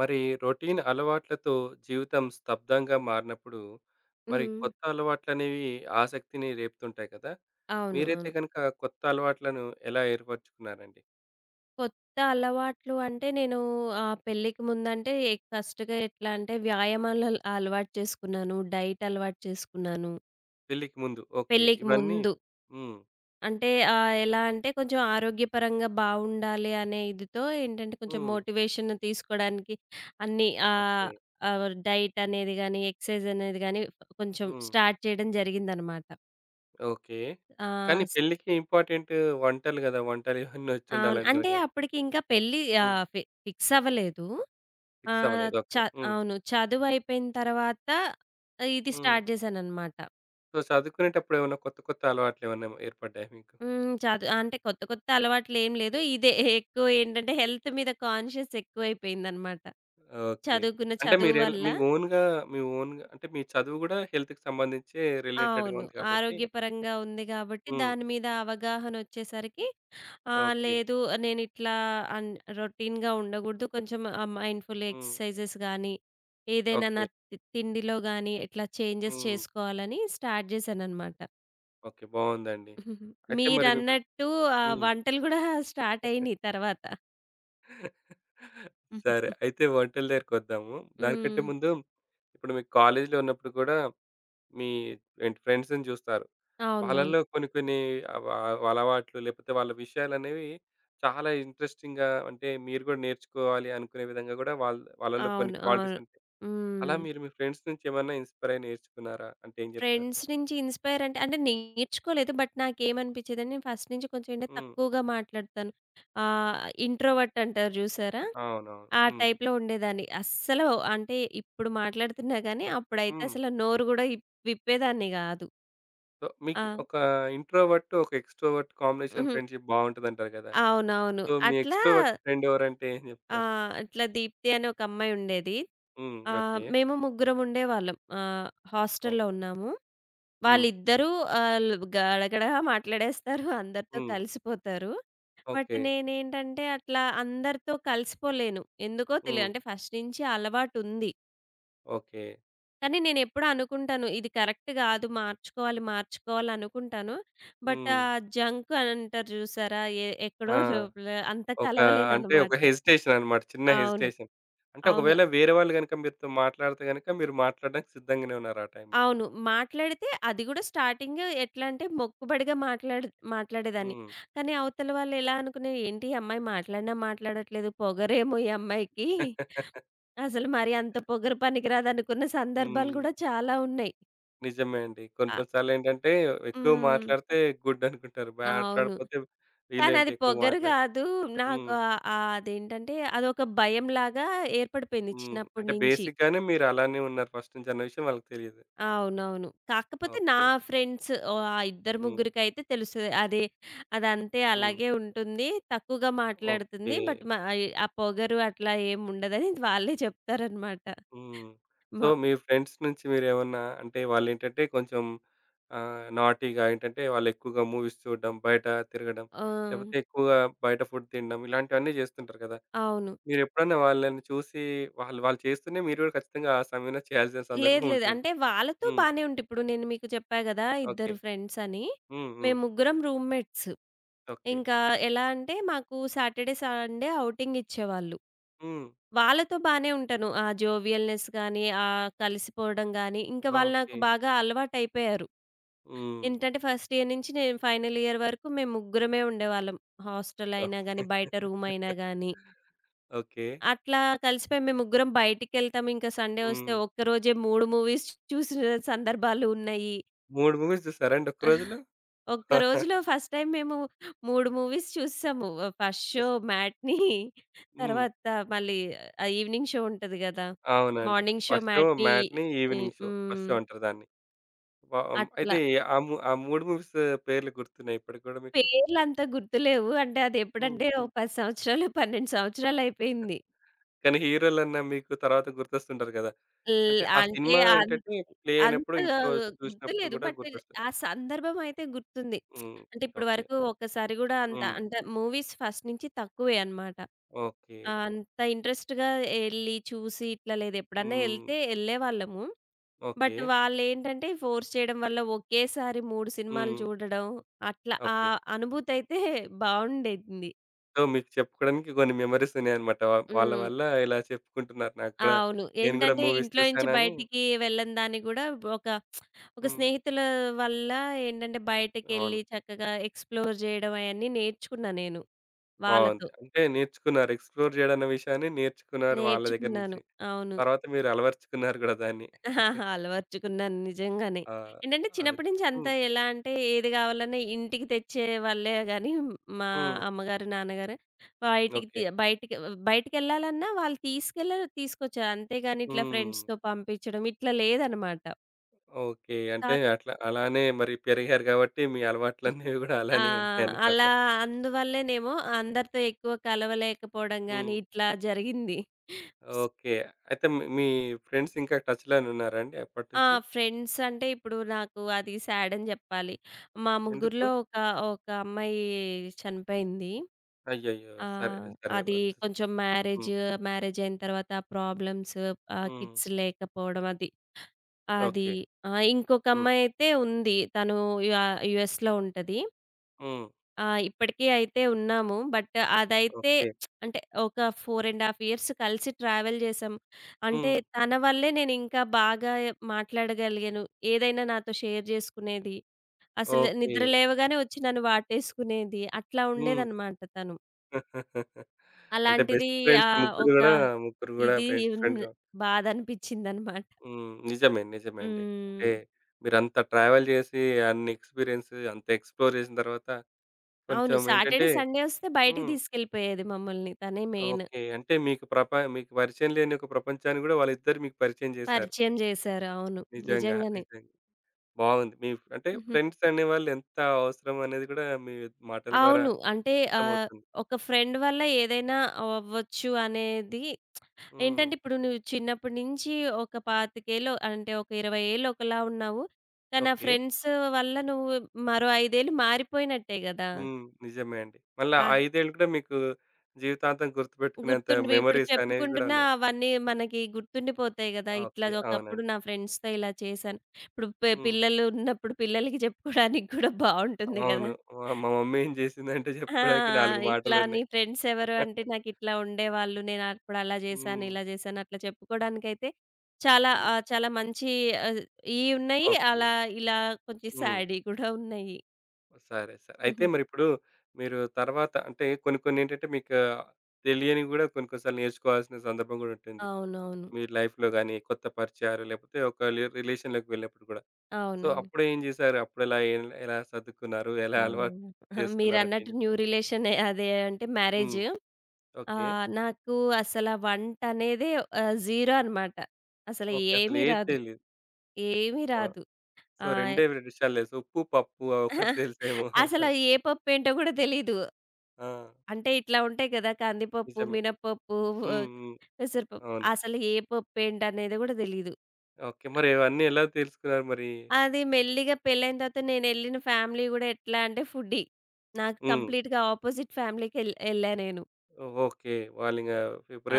మరి రొటీన్ అలవాట్లతో జీవితం స్తబ్దంగా మారినప్పుడు మరి హ్మ్. కొత్త అలవాట్లు అనేవి ఆసక్తిని రేపుతుంటాయి కదా. అవును. మీరైతే అవును. కనుక కొత్త అలవాట్లను ఎలా ఏర్పరచుకున్నారండి? కొత్త అలవాట్లు అంటే నేను పెళ్ళికి ముందంటే ఫస్ట్‌గా ఎట్లా అంటే వ్యాయామాలు అలవాటు చేసుకున్నాను. డైట్ అలవాటు చేసుకున్నాను. పెళ్ళికి ముందు ఓకే పెళ్ళికి ఇవన్నీ. ముందు. ఉమ్, అంటే ఎలా అంటే కొంచెం ఆరోగ్యపరంగా బావుండాలి అనే ఇదితో ఏంటంటే కొంచెం ఉమ్, మోటివేషన్ తీసుకోవడానికి అన్ని ఓకే. డైట్ అనేది గాని, ఎక్సర్సైజ్ అనేది గాని కొంచెం ఉమ్, స్టార్ట్ చేయడం జరిగిందనమాట. ఓకే. కానీ ఆ! పెళ్ళికి ఇంపార్టెంట్ వంటలు కదా, వంటలు ఇవన్నీ వచ్చి అవును. ఉండాలంటారు అంటే కదా. అప్పటికి ఇంకా పెళ్లి ఫిక్స్ అవ్వలేదు. ఫిక్స్ ఆహ్, అవ్వలేదు చ ఓకే. అవును. చదువయిపోయిన తర్వాత ఇది ఉమ్. స్టార్ట్ చేశాననమాట. సో, చదువుకునేటప్పుడు ఏమైనా కొత్త కొత్త అలవాట్లు ఏమైనా ఏర్పడ్డాయి మీకు? హ్మ్. అంటే కొత్త కొత్త అలవాట్లేం లేదు. ఇదే ఎక్కువ ఏంటంటే హెల్త్ మీద కాన్షియస్ ఎక్కువైపోయిందనమాట. ఓకే. చదువుకున్న అంటే చదువు వల్ల. మీ ఓన్‌గా, మీ ఓన్‌గా అంటే మీ చదువు గూడా హెల్త్‌కి సంబంధించే రిలేటెడ్‌గా అవును. ఉంది కాబట్టి. ఆరోగ్యపరంగా ఉంది గాబట్టి హ్మ్. దాని మీద అవగాహనొచ్చేసరికి ఆ! ఓకే. లేదు. నేనిట్లా అన్ రొటీన్‌గా ఉండగూడదు. కొంచెం మైండ్‌ఫుల్ హ్మ్. ఎక్సర్‌సైజెస్ గానీ, ఏదైనా ఓకే. నా తిండిలో గానీ, ఇట్లా చేంజెస్ హ్మ్. చేసుకోవాలని స్టార్ట్ జేశాననమాట. ఓకే. బావుందండి. అయితే మరి మీకు మీరన్నట్టు హ్మ్. వంటలు గూడా స్టార్ట్ అయినియి తర్వాత. సరే. అయితే వంటల దగ్గరికొద్దాము. దానికంటే హ్మ్. ముందు ఇప్పుడు మీకు కాలేజీలో ఉన్నప్పుడు కూడా మీ ఏంటి ఫ్రెండ్స్‌ని చూస్తారు. అవునవును. వాళ్ళలో కొన్ని కొన్ని అవ వాళ్ళ అలవాట్లు లేకపోతే వాళ్ళ విషయాలనేవి చాలా ఇంట్రెస్టింగ్‌గా, అంటే మీరు కూడా నేర్చుకోవాలి అనుకునే విధంగా కూడా వాళ్ళ వాళ్ళలో కొన్ని అవును. క్వాలిటీస్ అవును. ఉంటాయి. హ్మ్. అలా మీరు మీ ఫ్రెండ్స్ నుంచి ఏమన్నా ఇన్‌స్పైర్ అయ్యి నేర్చుకున్నారా? అంటే ఏం చెప్తారు? ఫ్రెండ్స్ నుంచి ఇన్‌స్పైర్ అంటే, అంటే నేర్చుకోలేదు. బట్ నాకేమనిపించేదంటే నేను ఫస్ట్ నుంచి కొంచెం ఏంటంటే హ్మ్. తక్కువగా మాట్లాడతాను. ఆహ్, ఇంట్రోవర్ట్ అంటారు జూసారా? అవునవును. ఆ హ్మ్. టైప్‌లో ఉండేదాన్ని. అస్సలు అంటే ఇప్పుడు మాట్లాడుతున్నా గానీ అప్పుడైతే హ్మ్. అసలు నోరు గూడా విప్పేదాన్ని గాదు. సో, ఆ! మీకు ఒక ఇంట్రోవర్ట్, ఒక ఎక్స్‌ట్రోవర్ట్ కాంబినేషన్ హుహు. ఫ్రెండ్‌షిప్ బావుంటదంటారు కదా! అవునవును. సో, మీ అట్లా ఎక్స్‌ట్రోవర్ట్ ఫ్రెండ్ ఎవరంటే ఏం చెప్తారు? ఇట్లా దీప్తి అనే ఒక అమ్మాయి ఉండేది. హ్మ్. ఆ! ఓకే. మేము ముగ్గురం ఉండేవాళ్ళం. అవును. హాస్టల్‌లో ఉన్నాము. హ్మ్. వాళ్ళిద్దరూ ఆల్ గడగడగా మాట్లాడేస్తారు. అందరితో హ్మ్. కలిసిపోతారు. But okay. నేనేంటంటే అట్లా అందరితో కలిసిపోలేను. ఎందుకో తెలియదు. హ్మ్. అంటే ఫస్ట్ నుంచి అలవాటుంది. ఓకే. కానీ నేనెప్పుడూ అనుకుంటాను ఇది కరెక్ట్ గాదు. మార్చుకోవాలి, మార్చుకోవాలి అనుకుంటాను. బట్ హ్మ్. ఆ జంక్ అని అంటారు చూసారా? ఎక్కడో ఆ! లోపల అంత ఒక, అంటే ఒక కలవలేననమాట. హెసిటేషన్ అన్నమాట. చిన్న అవును. హెసిటేషన్. అంటే అవును. ఒకవేళ వేరే వాళ్ళు గనుక మీతో మాట్లాడితే గనుక మీరు మాట్లాడడానికి సిద్ధంగానే ఉన్నారు ఆ టైంలో. అవును. మాట్లాడితే అది గూడా స్టార్టింగ్ ఎట్లా అంటే మొక్కుబడిగా మాట్లాడేదాన్ని. హ్మ్. కానీ అవతల వాళ్ళు ఎలా అనుకునే ఏంటి ఈ అమ్మాయి మాట్లాడినా మాట్లాడట్లేదు. పొగరేమో ఈ అమ్మాయికి. అసలు మరి అంత పొగరు పనికిరాదనుకున్న సందర్భాలు హ్మ్. గూడా చాలా ఉన్నాయి. నిజమే అండి. కొన్ని ఆ! కొన్ని సార్లేంటంటే ఎక్కువ హ్మ్. మాట్లాడితే గుడ్ అనుకుంటారు. అవును. మాట్లాడకపోతే కానీ వీళ్ళేంటి అది ఎక్కువ పొగరు మాట్లాడ గాదు. నాకు హ్మ్. అదేంటంటే అదొక భయంలాగా ఏర్పడిపోయింది హ్మ్. చిన్నప్పటి అంటే నుంచి. బేసిక్‌గానే మీరు అలానే ఉన్నారు ఫస్ట్ నుంచి అన్న విషయం వాళ్ళకి తెలీదు. అవునవును. కాకపోతే నా ఓకే. ఫ్రెండ్స్ ఓహ్! ఆ ఇద్దరు హ్మ్. ముగ్గురికైతే తెలుస్తది. అదే అదంతే హ్మ్. అలాగే ఉంటుంది. తక్కువగా ఓకే. మాట్లాడుతుంది. బట్ ఆ పొగరు అట్లా ఏముండదని వాళ్ళే చెప్తారనమాట. హ్మ్. సో, మ మీ ఫ్రెండ్స్ నుంచి మీరేమన్నా, అంటే వాళ్ళేంటంటే కొంచెం ఆహ్, నాటీగా, ఏంటంటే వాళ్ళెక్కువగా మూవీస్ చూడడం, బయట తిరగడం, ఆ! లేకపోతే ఎక్కువగా బయట ఫుడ్ తినడం ఇలాంటివన్నీ జేస్తుంటారు కదా! అవును. మీరెప్పుడన్నా వాళ్ళని చూసి, వాళ్ళు వాళ్ళు చేస్తూనే మీరు గూడా ఖచ్చితంగా ఆ సమయంలో చేయాల్సిన లేదు సందర్భం లేదు. ఉంటుంది. అంటే వాళ్ళతో హ్మ్. బానే ఉంటే ఇప్పుడు నేను మీకు చెప్పా గదా! ఓకే. ఇద్దరు ఫ్రెండ్స్ అని. హ్మ్. హ్మ్. మేము ముగ్గురం రూమ్‌మేట్స్. ఓకే. ఇంకా ఎలా అంటే మాకు సాటర్‌డే, సండే ఔటింగ్ ఇచ్చేవాళ్ళు. హ్మ్. వాళ్ళతో బానే ఉంటాను. ఆ జోవియల్‌నెస్ గాని, కలిసిపోవడం గాని, ఇంకా వాళ్ళు నాకు ఓకే. బాగా అలవాటయిపోయారు. హ్మ్. ఏంటంటే ఫస్ట్ ఇయర్ నుంచి నేను ఫైనల్ ఇయర్ వరకు మేము ముగ్గురమే ఉండేవాళ్ళం. హాస్టల్ అయినా ఓకే. గాని, బయట రూమ్ అయినా గాని, ఓకే. అట్లా కలిసిపోయి మేము ముగ్గురం బయటికెళ్తాం. ఇంకా సండే హ్మ్. వస్తే ఒక్కరోజే 3 మూవీస్ చూసిన సందర్భాలు ఉన్నాయి. 3 మూవీస్ జూసారాండి ఒక్క రోజులో? ఒక్క రోజులో ఫస్ట్ టైమ్ మేము 3 మూవీస్ చూసేసాము. ఫస్ట్ షో 'మ్యాట్‌ని' హ్మ్. తర్వాత మళ్ళీ ఈవినింగ్ షో ఉంటది గదా! అవునండి. మార్నింగ్ షో ఫస్టేమో 'matinee' 'matinee', 'evening show' first show హ్మ్. అంటారు దాన్ని. హ్మ్. అట్లా. అయితే ఆ ఆ 3 మూవీస్ పేర్లు గుర్తున్నాయా ఇప్పటికి గూడా మీకు? పేర్లంతా గుర్తులేవు. అంటే అది హ్మ్. ఎప్పుడంటే ఒక 10 సంవత్సరాలు, 12 సంవత్సరాలు అయిపోయింది. కానీ హీరోలన్నా మీకు తర్వాత గుర్తొస్తుంటారు గదా! అంటే ఆ అంటే సినిమా ఏంటంటే ప్లే అయినప్పుడు అంతగా ఇంట్లో చూసినప్పుడు గుర్తులేదు. గూడా బట్ గుర్తొస్తది. ఆ సందర్భం అయితే గుర్తుంది. హ్మ్. అంటే ఇప్పటి ఓకే. వరకు ఒక్కసారి గూడా అంత హ్మ్. అంటే మూవీస్ ఫస్ట్ నుంచి తక్కువే అనమాట. ఓకే. అంత ఇంట్రెస్ట్‌గా ఎళ్లి చూసి ఇట్లా లేదు. ఎప్పుడన్నా హ్మ్. ఎళ్తే ఎళ్ళేవాళ్ళము. ఓకే. బట్ వాళ్ళేంటంటే ఫోర్స్ చేయడం వల్ల ఒకేసారి 3 సినిమాలు హ్మ్. చూడడం అట్లా ఆ ఓకే. అనుభూతి అయితే బావుండేది. సో, మీకు చెప్పుకోవడానికి కొన్ని మెమోరీస్ ఉన్నాయన్నమాట. వాళ్ళ హ్మ్. వల్ల ఇలా చెప్పుకుంటున్నారు నాకు కూడా. అవును. నేను గూడా ఏంటంటే మూవీస్ ఇంట్లో నుంచి చూసానని. బయటికి వెళ్ళని దాన్ని గూడా ఒక ఒక హ్మ్. స్నేహితుల వల్ల ఏంటంటే అవును. బయటకెళ్ళి చక్కగా ఎక్స్‌ప్లోర్ జేయడం అయన్నీ నేర్చుకున్నా నేను. బావుంది. వాళ్ళతో. అంటే నేర్చుకున్నారు. ఎక్స్‌ప్లోర్ జేయడన్న విషయాన్ని నేర్చుకున్నారు వాళ్ళ దగ్గర నుంచి. నేర్చుకున్నాను. అవును. తర్వాత మీరు అలవరుచుకున్నారు గూడా దాన్ని. అలవర్చుకున్నాను నిజంగానే. ఆ! ఏంటంటే అది చిన్నప్పటి నుంచి అంతా హ్మ్. ఎలా అంటే ఏది గావాలన్నా ఇంటికి తెచ్చే వాళ్ళే గానీ మా హ్మ్. అమ్మగారు, నాన్నగారు బయటికి ఓకే. తి బయటికి బయటికెళ్ళాలన్నా వాళ్ళు తీసుకొచ్చారు. అంతేగాని ఇట్లా హ్మ్. ఫ్రెండ్స్‌తో పంపించడం ఇట్లా లేదనమాట. ఓకే. కా అంటే అట్లా అలానే మరి పెరిగారు గాబట్టి మీ హుహు. అలవాట్లన్నీ గూడా ఆ! అలానే ఉన్నాయన్నమాట. అలా అందువల్లేనేమో అందరితో ఎక్కువ కలవలేకపోవడం గాని హ్మ్. ఇట్లా జరిగింది. స్ ఓకే. అయితే మీ మీ ఫ్రెండ్స్ ఇంకా టచ్‌లోనే ఉన్నారా అండి ఆ! అప్పటినుంచి? ఫ్రెండ్స్ అంటే ఇప్పుడు నాకు అది సాడ్ అని జెప్పాలి. మా ఎందుకు? ముగ్గురిలో ఒక అమ్మాయి చనిపోయింది. అయ్యయ్యో! సరే. ఆహ్, సరే. అది వద్దు. కొంచెం మ్యారేజ్, హ్మ్. మ్యారేజ్ అయిన తర్వాత ప్రాబ్లమ్స్ హ్మ్. కిడ్స్ లేకపోవడం అది. అది. ఓకే. ఆ! ఇంకొక హ్మ్. అమ్మాయి అయితే ఉంది. తను యా యూఎస్‌లో ఉంటది. హ్మ్. ఆ! ఇప్పటికీ అయితే ఉన్నాము. బట్ అదైతే ఓకే. అంటే ఒక 4 ½ ఇయర్స్ కలిసి ట్రావెల్ చేసాం. అంటే హ్మ్. తన వల్లే నేనింకా బాగా మాట్లాడగలిగాను. ఏదైనా నాతో షేర్ చేసుకునేది. అసలు ఓకే. నిద్ర లేవగానే వచ్చి నన్ను వాటేసుకునేది. అట్లా హ్మ్. ఉండేదనమాట తను. అంటే అలాంటిది బెస్ట్ ఫ్రెండ్స్ ముగ్గురు ఒక గూడా, ముగ్గురు గూడా ఇది ఫ్రెండ్స్ ఉంది. ఫ్రెండ్‌గా. బాధనిపించిందనమాట. హ్మ్. నిజమే. నిజమే అండి. అంటే హ్మ్. మీరంత ట్రావెల్ చేసి, అన్ని ఎక్స్‌పీరియన్స్ అంత ఎక్స్‌ప్లోర్ చేసిన తర్వాత అవును. కొంచెం ఏంటంటే సాటర్‌డే, సండే వస్తే బయటికి హ్మ్. తీసుకెళ్ళిపోయేది మమ్మల్ని. తనే మెయిన్. ఓకే. అంటే మీకు మీకు పరిచయం లేని ఒక ప్రపంచాన్ని గూడా వాళ్ళిద్దరు మీకు పరిచయం చేశారు. పరిచయం చేశారు. అవును. నిజంగా. నిజంగానే. నిజంగా. బాగుంది. మీ అంటే ఫ్రెండ్స్ అనేవాళ్ళు ఎంత అవసరం అనేది గూడా మీ మాటల ద్వారా అవును. అంటే ఆహ్, అర్థమవుతుంది. ఒక ఫ్రెండ్ వల్ల ఏదైనా అవ్వచ్చు అనేది హ్మ్. ఏంటంటే, ఇప్పుడు నువ్వు చిన్నప్పటి నుంచి ఒక 25 ఏళ్ళు అంటే, ఒక 20 ఏళ్ళు ఒకలా ఉన్నావు. కానీ ఆ ఓకే. ఫ్రెండ్స్ వల్ల నువ్వు మరో 5 ఏళ్ళు మారిపోయినట్టే గదా! హ్మ్. నిజమే అండి. మళ్ళా ఆ ఆహ్, 5 ఏళ్ళు కూడా మీకు జీవితాంతం గుర్తుపెట్టుకునేంత గుర్తుండివి ఇప్పుడు మెమోరీస్ అనేవి గూడా చెప్పుకుంటున్నా ఉన్నాయి. అవన్నీ మనకి గుర్తుండిపోతాయి గదా! ఇట్లా ఓకే. ఒకప్పుడు అవునండి. నా ఫ్రెండ్స్‌తో ఇలా చేశాను. ఇప్పుడు హ్మ్. పిల్లలు ఉన్నప్పుడు పిల్లలకి చెప్పుకోవడానికి కూడా బావుంటుంది అవును. గదా! మా మా మమ్మీ ఏం జేసిందంటే ఆ! జెప్పుకోడానికి 4 ఇట్లా నీ మాటలున్నాయి. ఫ్రెండ్స్ ఎవరు అంటే నాకిట్లా ఉండేవాళ్ళు. నేనప్పుడు అలా జేశాను, హ్మ్. ఇలా జేశాను అట్లా చెప్పుకోవడానికైతే చాలా హ్మ్. చాలా మంచి ఆహ్, ఇయి ఉన్నాయి. ఓకే. అలా ఇలా కొంచెం హ్మ్. సాడీ కూడా ఉన్నాయి. సరే. సరే. అయితే హుహు. మరిప్పుడు మీరు తర్వాత అంటే కొన్ని కొన్నేంటంటే మీకు తెలియనివి గూడా కొన్ని కొన్ని సార్లు నేర్చుకోవాల్సిన సందర్భం గూడా ఉంటుంది. అవునవును. మీ లైఫ్‌లో గాని, కొత్త పరిచయాలు లేకపోతే ఒక రిలేషన్‌లోకి వెళ్ళినప్పుడు గూడా. సో, అవునండి. అప్పుడేం జేశారు? అప్పుడెలా ఎలా ఎలా సర్దుకున్నారు? ఎలా అలవాటు అవును. చేసుకున్నారంటే ఏం మీరన్నట్టు న్యూ జెప్తారు? రిలేషనే అదే అంటే హ్మ్. మ్యారేజ్. ఓకే. నాకు వంటనేదే జీరో అనమాట. అసలు ఓకే. ఏమీ అసలేది రాదు. తెలీదు. ఏమీ ఆ! రాదు. సో, ఆహ్, రెండే 2 విషయాలు తెలుసు. ఉప్పు, పప్పు ఆ ఒకటి తెలుసేమో. అసలు ఏ పప్పేంటో గూడా తెలీదు. ఆ! అంటే ఇట్లా ఉంటాయి కదా! కందిపప్పు, నిజమే. మినపప్పు, హ్మ్. ఆహ్, హ్మ్. పెసరపప్పు. అవును. అసలు ఏ పప్పు ఏంటనేది గూడా తెలీదు. ఓకే. మరి అవన్నీ ఎలా తెలుసుకున్నారు మరి? అది మెల్లిగా పెళ్ళైన తర్వాత నేనెళ్ళిన ఫ్యామిలీ గూడా ఎట్లా అంటే ఫుడ్డీ. నాకు హ్మ్. కంప్లీట్‌గా అపోజిట్ ఫ్యామిలీకెళ్ ఎళ్ళా నేను. ఓకే. వాళ్ళింగ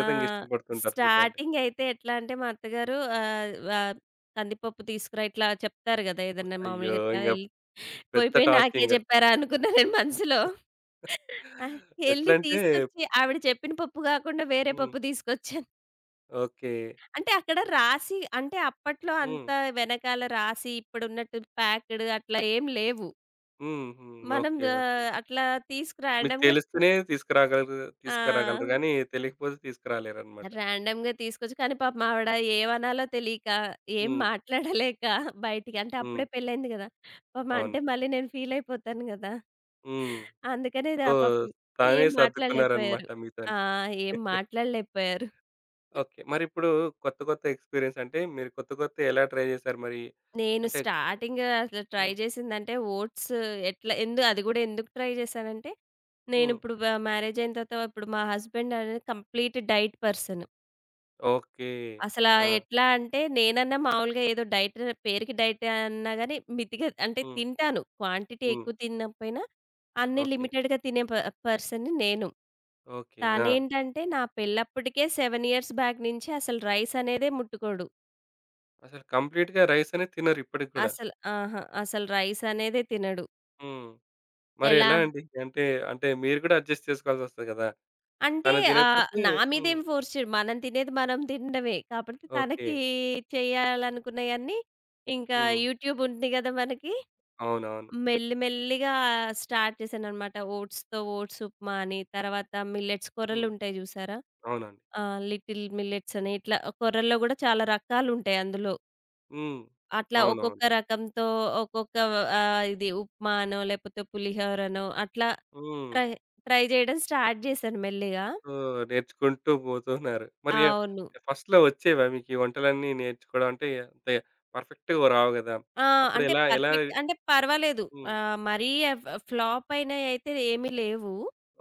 ఆ! ఇష్టపడుతుంటారు ఫుడ్ అంటే. స్టార్టింగ్ అయితే ఎట్లా అంటే మా అత్తగారు ఆహ్, కందిపప్పు తీసుకురా ఇట్లా చెప్తారు గదా! ఏదన్నా అయ్యో! మామూలుగా ఇట్లా ఇంగ ఎళ్ళి పోయి పెద్ద పోయి నాకే టాస్కింగ. జెప్పారా అనుకున్నా నేను మనసులో. ఆ! ఎళ్లి ఎట్లంటే తీసుకొచ్చి ఆవిడ చెప్పిన పప్పు గాకుండా వేరే హ్మ్. పప్పు తీసుకొచ్చారు. ఓకే. అంటే అక్కడ రాసి అంటే అప్పట్లో హ్మ్. అంత వెనకాల రాసి ఇప్పుడున్నట్టు ప్యాక్‌డ్ అట్లా ఏం లేవు. హుహు. మనం ఓకే. ఓకే. అట్లా మీకు ర్యాండమ్‌గా తెలిస్తేనే తీసుకురాగలరు, ఆ! గానీ, తెలియకపోతే తీసుకురాలేరనమాట. ర్యాండమ్‌గా తీసుకొచ్చి కానీ పాపం ఆవిడ ఏమనాలో తెలియక, ఏం హ్మ్. మాట్లాడలేక బయటికి అంటే హ్మ్. అప్పుడే పెళ్లయింది గదా! పాపం అవును. అంటే మళ్ళీ నేను ఫీల్ అయిపోతాను గదా! హ్మ్. అందుకనే సో, పాపం తానే ఏం మాట్లాడలేకపోయారు. సర్దుకున్నారనమాట మీతోని. ఆ! ఏం మాట్లాడలేకపోయారు. ఓకే. మరిప్పుడు కొత్త కొత్త ఎక్స్‌పీరియన్స్ అంటే, మీరు కొత్త కొత్తయి ఎలా ట్రై చేశారు మరి? నేను అంటే స్టార్టింగ్ అసలు ట్రై హ్మ్. చేసిందంటే ఓట్స్ ఎట్లా ఎందు అది గూడా ఎందుకు ట్రై చేశానంటే, హ్మ్. నేనిప్పుడు మ్యారేజ్ అయిన తర్వాత ఇప్పుడు మా హస్బెండ్ అనేది కంప్లీట్ డైట్ పర్సన్. ఓకే. అసలా ఆ! ఎట్లా అంటే నేనన్నా మామూలుగా ఏదో డైట్ పేరుకి డైట్ అన్నా గాని మితిగా అంటే హ్మ్. తింటాను. క్వాంటిటీ హ్మ్. ఎక్కువ తినకపోయినా అన్నీ ఓకే. లిమిటెడ్‌గా తినే పర్సన్‌ని నేను. ఓకే. ఆ! తనేంటంటే నా పెళ్లప్పటికే 7 ఇయర్స్ బ్యాక్ నుంచి అసలు రైస్ అనేదే ముట్టుకోడు. అసలు కంప్లీట్‌గా రైస్ అనేది తినరు ఇప్పటికి గూడా. అసలు ఆహా! అసలు రైస్ అనేదే తినడు. హ్మ్. మరి ఎలా ఎలా అండి? అంటే, అంటే మీరు కూడా అడ్జస్ట్ చేసుకోవాల్సొస్తది కదా! అంటే తను తినకపోతే నా హ్మ్. మీదేం ఫోర్స్ చేయడు. మనం తినేది మనం తినడమే. కాబట్టి ఓకే. తనకి చేయాలనుకున్నయన్నీ ఇంకా హ్మ్. యూట్యూబ్ ఉంది గదా! మనకి. అవునవును. మెల్లిగా స్టార్ట్ చేశాననమాట. ఓట్స్‌తో ఓట్స్ ఉప్మా అని, తర్వాత మిల్లెట్స్ హ్మ్. కొర్రలుంటాయి జూసారా? అవునండి. ఆ! లిటిల్ మిల్లెట్స్ అని ఇట్లా కొర్రల్లో గూడా చాలా రకాలుంటాయి అందులో. హ్మ్. అట్లా ఒక్కొక్క అవునవును. రకంతో ఒక్కొక్క ఇది ఉప్మా అనో, లేపోతే పులిహోరనో అట్లా హ్మ్. ట్రై ట్రై జేయడం స్టార్ట్ జేశాను మెల్లిగా. సో, నేర్చుకుంటూ పోతున్నారు. మరి అవును. ఫస్ట్‌లో వచ్చేవా మీకీ వంటలన్నీ నేర్చుకోవడం? అంటే అంత పర్ఫెక్ట్‌గా రావు గదా! ఆ! అప్పుడు అంటే ఎలా ఎలా పర్ఫెక్ట్ అంటే పర్వాలేదు. హ్మ్. మరీ ఫ్లాప్ అయినయయితే ఏమి లేవు.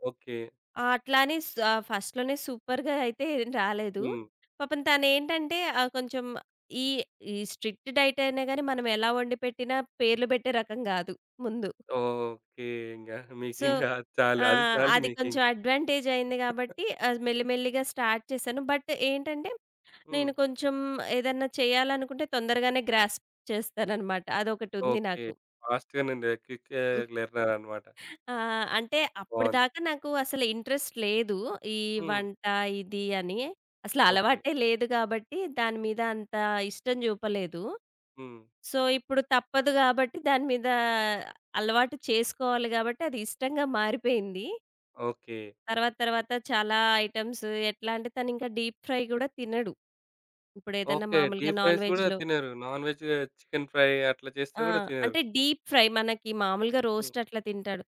ఓకే. అట్లా అని ఫస్ట్‌లోనే సూపర్‌గా అయితే ఏం రాలేదు. హ్మ్. పాపం తనేంటంటే కొంచెం ఈ ఈ స్ట్రిక్ట్ డైట్ అయినా గాని మనం ఎలా వండి పెట్టినా పేర్లు పెట్టే రకం గాదు ముందు. ఓకే. ఇంగ సో మీకింక అది చాలు. ఆ! అది చాలు అది మీకింక. కొంచెం అడ్వాంటేజ్ అయింది గాబట్టి మెల్లిమెల్లిగా స్టార్ట్ చేశాను. బట్ ఏంటంటే హ్మ్. నేను కొంచెం ఏదన్నా చేయాలనుకుంటే తొందరగానే గ్రాస్ప్ చేస్తాననమాట. అదొకటుంది ఓకే. నాకు. ఫాస్ట్‌గా నేను క్విక్ లెర్నర్ అన్నమాట. ఆ! అంటే బావుంది. అప్పటిదాకా నాకు అసలు ఇంట్రెస్ట్ లేదు. ఈ హ్మ్. వంట ఇది అని. అసలు ఓకే. అలవాటే లేదు గాబట్టి దాని మీద అంత ఇష్టం చూపలేదు. హ్మ్. సో, ఇప్పుడు తప్పదు గాబట్టి దాని మీద అలవాటు చేసుకోవాలి గాబట్టి అది ఇష్టంగా మారిపోయింది. ఓకే. తర్వాత తర్వాత చాలా ఐటెమ్స్ ఎట్లా అంటే తనింకా డీప్ ఫ్రై గూడా తినడు. ఇప్పుడేదన్నా ఓకే. మామూలుగా డీప్ నాన్ ఫ్రైస్ గూడా వెజ్‌లో తినరు. నాన్ వెజ్ చికెన్ ఫ్రై అట్లా చేస్తే ఆ! గూడా తినరు. అంటే డీప్ ఫ్రై మనకి మామూలుగా హ్మ్. రోస్ట్ అట్లా తింటాడు.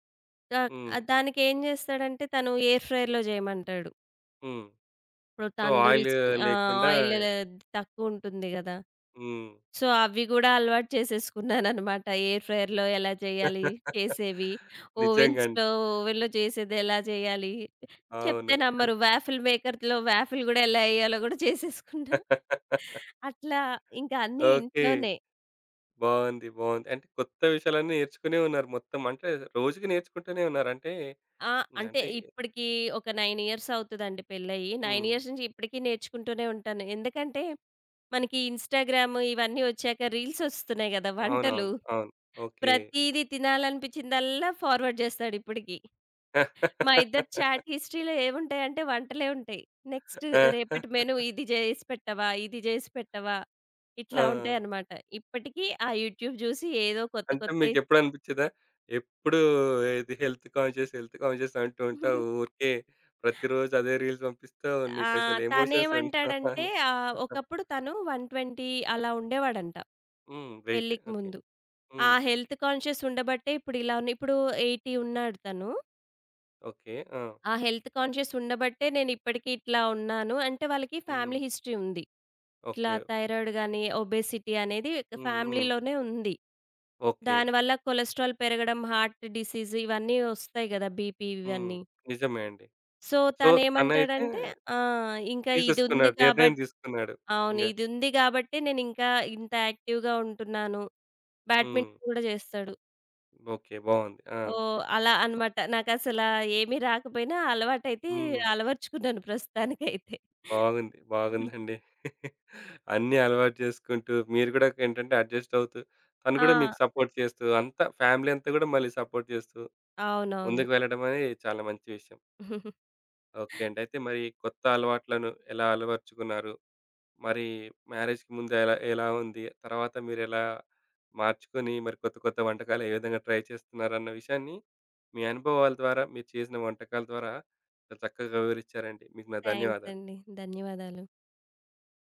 దా హ్మ్. దానికేం జేస్తాడంటే తను ఎయిర్ ఫ్రైర్‌లో జేయమంటాడు. హ్మ్. ఇప్పుడు సో, ఆయిల్ తందూరిస్ ఆ! లేకుండా ఆయిల్ తక్కువుంటుంది గదా! హ్మ్. సో, అవి గూడా అలవాటు చేసేసుకున్నాననమాట. ఎయిర్ ఫ్రైయర్‌లో ఎలా చేయాలి చేసేవి, నిజంగండి. ఓవెన్స్‌లో ఓవెన్‌లో చేసేది ఎలా చేయాలి, అవును. చెప్తే అన్ నమ్మరు. వాఫిల్ మేకర్‌లో వాఫిల్ గూడా ఎలా ఎయ్యాలో గూడా చేసేసుకున్నా. అట్లా ఇంకా అన్నీ ఓకే. ఇంట్లోనే. బావుంది. బావుంది. అంటే కొత్త విషయాలన్నీ నేర్చుకునే ఉన్నారు మొత్తం. అంటే రోజుకి నేర్చుకుంటూనే ఉన్నారు. అంటే ఆ! హ్మ్. అంటే అంటే ఇప్పటికి ఒక 9 ఇయర్స్ అవుతదండి పెళ్లయ్యి. 9 హ్మ్. ఇయర్స్ నుంచి ఇప్పటికి నేర్చుకుంటూనే ఉంటాను. ఎందుకంటే, మనకి ఇన్‌స్టాగ్రామ్ ఇవన్నీ వచ్చాక రీల్స్ ఒస్తున్నాయి గదా! వంటలు. అవునవును. అవును. ఓకే. ప్రతీదీ తినాలనిపించిందల్లా ఫార్వర్డ్ జేస్తాడిప్పటికి. మా ఇద్దరి చాట్ హిస్టరీలో ఏవుంటాయంటే వంటలే ఉంటాయి. నెక్స్ట్ ఆ! రేపటి మెను ఇది జేసి పెట్టవా? ఇది జేసి పెట్టవా? ఇట్లా ఆ! ఉంటాయనమాట. ఇప్పటికి ఆ యూట్యూబ్ జూసి ఏదో కొత్త అంటే కొత్తయి మీకెప్పుడు అనిపించదా? ఎప్పుడు ఇది హెల్త్ కాన్షియస్, హెల్త్ కాన్షియస్ అంటూ ఉంటావు. ఊరికే ప్రతిరోజు అదే రీల్స్ పంపిస్తావు. ఆ! నీకసలు ఎమోషన్స్ ఉండవా తనేమంటాడంటే అని. ఒకప్పుడు తను 120 అలా ఉండేవాడంట హ్మ్. వెయిట్. పెళ్ళికి ఓకే. ముందు. ఆ హ్మ్. హెల్త్ కాన్షియస్ ఉండబట్టే ఇప్పుడు ఇలా ఉన్న ఇప్పుడు 80 ఉన్నాడు తను. ఓకే. ఆ! ఆ! హెల్త్ కాన్షియస్ ఉండబట్టే నేనిప్పటికి ఇట్లా ఉన్నాను. అంటే వాళ్ళకి హ్మ్. ఫ్యామిలీ హిస్టరీ ఉంది. ఇట్లా ఓకే. థైరాయిడ్ గాని, ఒబేసిటీ అనేది హ్మ్. హ్మ్. ఫ్యామిలీలోనే ఉంది. ఓకే. దానివల్ల కొలెస్ట్రాల్ పెరగడం, హార్ట్ డిసీజ్ ఇవన్నీ ఒస్తాయి గదా! బీపీ హ్మ్. ఇవన్నీ. నిజమే అండి. సో, సో, తనైతే తనేమంటాడంటే ఆ! ఇంకా ఇదుంది తీసేసుకున్నాడు. నిర్ణయం కాబట్ తీసుకున్నాడు. అవును. ఇంగ ఇదుంది గాబట్టే నేనింకా ఇంత యాక్టివ్‌గా ఉంటున్నాను. హ్మ్. బ్యాడ్మింటన్ గూడా జేస్తాడు. ఓకే. బావుంది. ఆ! ఓహ్! అలా అనమాట. నాకసలా ఏమీ రాకపోయినా అలవాటైతే హ్మ్. అలవరుచుకున్నాను ప్రస్తుతానికైతే. బాగుంది. బాగుందండి. అన్నీ అలవాటు చేసుకుంటూ, మీరు గూడా ఏంటంటే అడ్జస్ట్ అవుతూ, తను ఆ! గూడా మీకు సపోర్ట్ చేస్తూ, అంతా ఫ్యామిలీ అంతా గూడా మళ్ళీ సపోర్ట్ చేస్తూ, అవునవును. ముందుకు వెళ్ళడం అనేది చాలా మంచి విషయం. ఓకే అండి. అయితే మరి కొత్త అలవాట్లను ఎలా అలవర్చుకున్నారు? మరి మ్యారేజ్‌కి ముందు ఎలా ఎలా ఉంది? తర్వాత మీరెలా మార్చుకొని, మరి కొత్త కొత్త వంటకాలు ఏ విధంగా ట్రై చేస్తున్నారన్న విషయాన్ని, మీ అనుభవాల ద్వారా, మీరు చేసిన వంటకాల ద్వారా, చాలా చక్కగా వివరిచ్చారండి. మీకు నా థ్యాంక్స్ ధన్యవాదాలు. అండి. ధన్యవాదాలు.